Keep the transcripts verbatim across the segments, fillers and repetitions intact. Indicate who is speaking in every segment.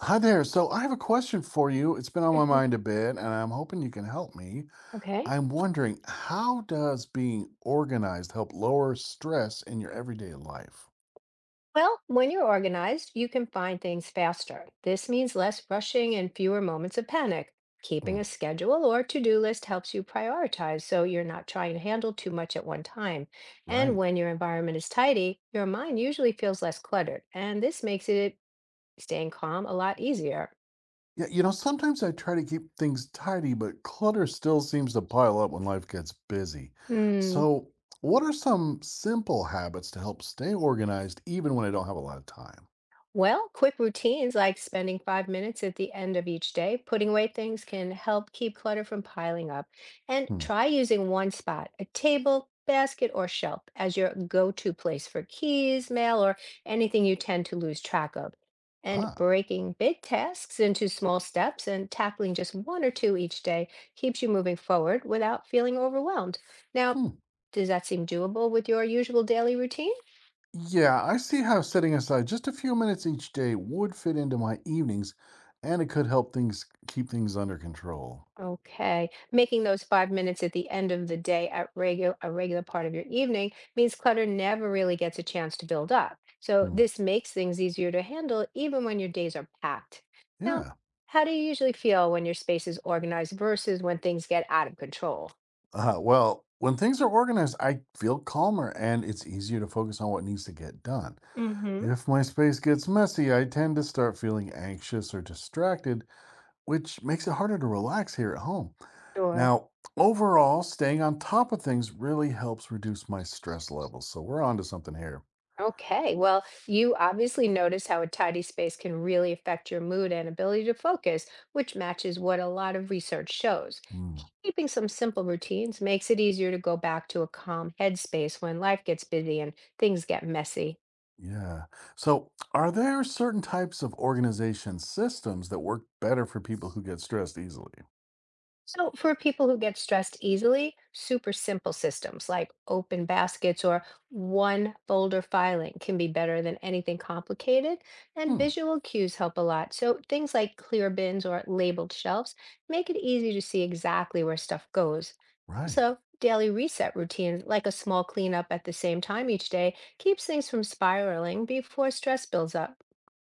Speaker 1: Hi there. So I have a question for you. It's been on my
Speaker 2: Mhm.
Speaker 1: mind a bit, and I'm hoping you can help me.
Speaker 2: Okay.
Speaker 1: I'm wondering, how does being organized help lower stress in your everyday life?
Speaker 2: Well, when you're organized, you can find things faster. This means less rushing and fewer moments of panic. Keeping
Speaker 1: Hmm.
Speaker 2: a schedule or to do list helps you prioritize so you're not trying to handle too much at one time. And
Speaker 1: Right.
Speaker 2: when your environment is tidy, your mind usually feels less cluttered, and this makes it staying calm a lot easier.
Speaker 1: Yeah, you know, sometimes I try to keep things tidy, but clutter still seems to pile up when life gets busy.
Speaker 2: Hmm.
Speaker 1: So, what are some simple habits to help stay organized even when I don't have a lot of time?
Speaker 2: Well, quick routines like spending five minutes at the end of each day putting away things can help keep clutter from piling up. And
Speaker 1: Hmm.
Speaker 2: try using one spot, a table, basket, or shelf, as your go to place for keys, mail, or anything you tend to lose track of. And
Speaker 1: Ah.
Speaker 2: breaking big tasks into small steps and tackling just one or two each day keeps you moving forward without feeling overwhelmed. Now,
Speaker 1: Hmm.
Speaker 2: does that seem doable with your usual daily routine?
Speaker 1: Yeah, I see how setting aside just a few minutes each day would fit into my evenings, and it could help things keep things under control.
Speaker 2: Okay, making those five minutes at the end of the day at regular a regular part of your evening means clutter never really gets a chance to build up. So
Speaker 1: Hmm.
Speaker 2: this makes things easier to handle even when your days are packed. Now,
Speaker 1: Yeah.
Speaker 2: how do you usually feel when your space is organized versus when things get out of control?
Speaker 1: Uh, well, when things are organized, I feel calmer and it's easier to focus on what needs to get done.
Speaker 2: Hmm.
Speaker 1: If my space gets messy, I tend to start feeling anxious or distracted, which makes it harder to relax here at home.
Speaker 2: Sure.
Speaker 1: Now, overall, staying on top of things really helps reduce my stress levels. So we're on to something here.
Speaker 2: Okay, well, you obviously notice how a tidy space can really affect your mood and ability to focus, which matches what a lot of research shows.
Speaker 1: Hmm.
Speaker 2: Keeping some simple routines makes it easier to go back to a calm headspace when life gets busy and things get messy.
Speaker 1: Yeah. So, are there certain types of organization systems that work better for people who get stressed easily?
Speaker 2: So, for people who get stressed easily, super simple systems like open baskets or one folder filing can be better than anything complicated. And
Speaker 1: Hmm.
Speaker 2: visual cues help a lot. So, things like clear bins or labeled shelves make it easy to see exactly where stuff goes.
Speaker 1: Right.
Speaker 2: Also, daily reset routines like a small cleanup at the same time each day keeps things from spiraling before stress builds up.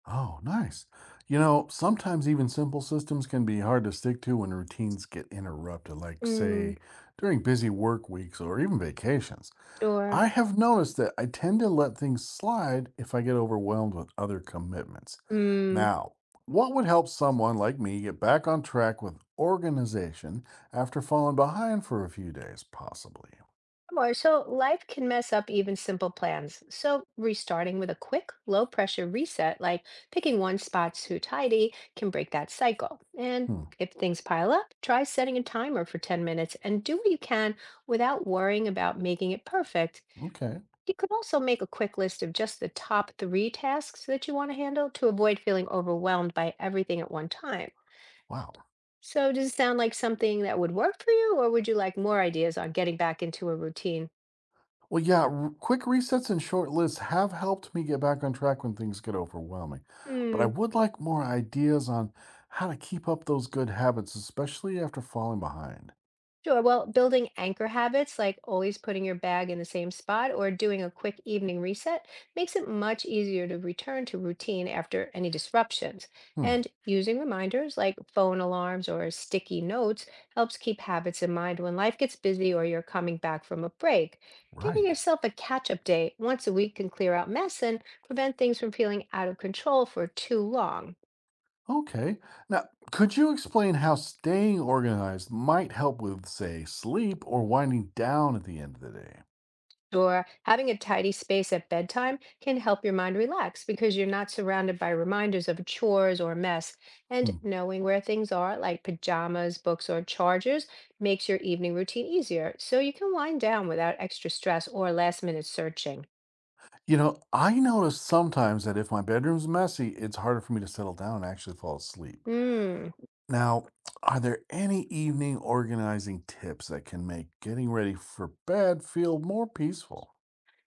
Speaker 1: Oh, nice. You know, sometimes even simple systems can be hard to stick to when routines get interrupted, like,
Speaker 2: Mm,
Speaker 1: say, during busy work weeks or even vacations. I
Speaker 2: or,
Speaker 1: have noticed that I tend to let things slide if I get overwhelmed with other commitments. Now, what would help someone like me get back on track with organization after falling behind for a few days, possibly?
Speaker 2: Sure. So life can mess up even simple plans. So restarting with a quick, low pressure reset, like picking one spot to tidy, can break that cycle. And
Speaker 1: Hmm.
Speaker 2: if things pile up, try setting a timer for ten minutes and do what you can without worrying about making it perfect.
Speaker 1: Okay.
Speaker 2: You could also make a quick list of just the top three tasks that you want to handle to avoid feeling overwhelmed by everything at one time.
Speaker 1: Wow.
Speaker 2: So, does it sound like something that would work for you, or would you like more ideas on getting back into a routine?
Speaker 1: Well, yeah, r- quick resets and short lists have helped me get back on track when things get overwhelming. But I
Speaker 2: Hmm.
Speaker 1: would like more ideas on how to keep up those good habits, especially after falling behind.
Speaker 2: Sure. Well, building anchor habits like always putting your bag in the same spot or doing a quick evening reset makes it much easier to return to routine after any disruptions.
Speaker 1: Hmm.
Speaker 2: And using reminders like phone alarms or sticky notes helps keep habits in mind when life gets busy or you're coming back from a break. Giving
Speaker 1: Right.
Speaker 2: yourself a catch up day once a week can clear out mess and prevent things from feeling out of control for too long.
Speaker 1: Okay. Now, could you explain how staying organized might help with, say, sleep or winding down at the end of the day?
Speaker 2: Sure. Having a tidy space at bedtime can help your mind relax because you're not surrounded by reminders of chores or mess. And
Speaker 1: Hmm.
Speaker 2: knowing where things are, like pajamas, books, or chargers, makes your evening routine easier so you can wind down without extra stress or last minute searching.
Speaker 1: You know, I notice sometimes that if my bedroom's messy, it's harder for me to settle down and actually fall asleep.
Speaker 2: Hmm.
Speaker 1: Now, are there any evening organizing tips that can make getting ready for bed feel more peaceful?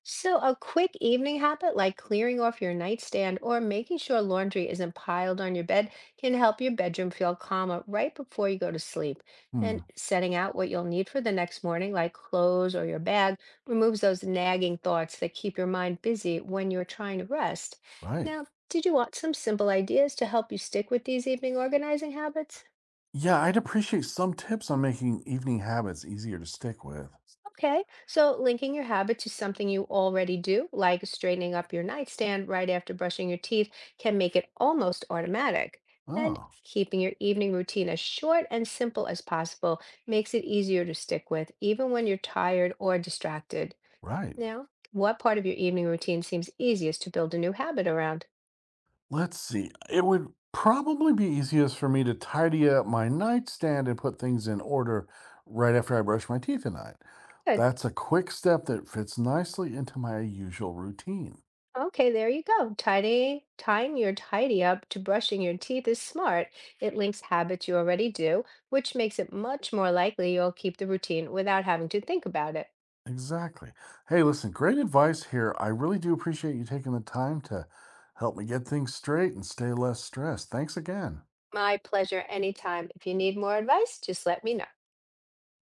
Speaker 2: So, a quick evening habit like clearing off your nightstand or making sure laundry isn't piled on your bed can help your bedroom feel calmer right before you go to sleep.
Speaker 1: Hmm.
Speaker 2: And setting out what you'll need for the next morning, like clothes or your bag, removes those nagging thoughts that keep your mind busy when you're trying to rest.
Speaker 1: Right.
Speaker 2: Now, did you want some simple ideas to help you stick with these evening organizing habits?
Speaker 1: Yeah, I'd appreciate some tips on making evening habits easier to stick with.
Speaker 2: Okay, so linking your habit to something you already do, like straightening up your nightstand right after brushing your teeth, can make it almost automatic. And
Speaker 1: Oh,
Speaker 2: keeping your evening routine as short and simple as possible makes it easier to stick with, even when you're tired or distracted.
Speaker 1: right.
Speaker 2: Now, what part of your evening routine seems easiest to build a new habit around?
Speaker 1: Let's see. It would probably be easiest for me to tidy up my nightstand and put things in order right after I brush my teeth at night.
Speaker 2: Good.
Speaker 1: That's a quick step that fits nicely into my usual routine.
Speaker 2: Okay, there you go. Tidy, tying your tidy up to brushing your teeth is smart. It links habits you already do, which makes it much more likely you'll keep the routine without having to think about it.
Speaker 1: Exactly. Hey, listen, great advice here. I really do appreciate you taking the time to help me get things straight and stay less stressed. Thanks again.
Speaker 2: My pleasure anytime. If you need more advice, just let me know.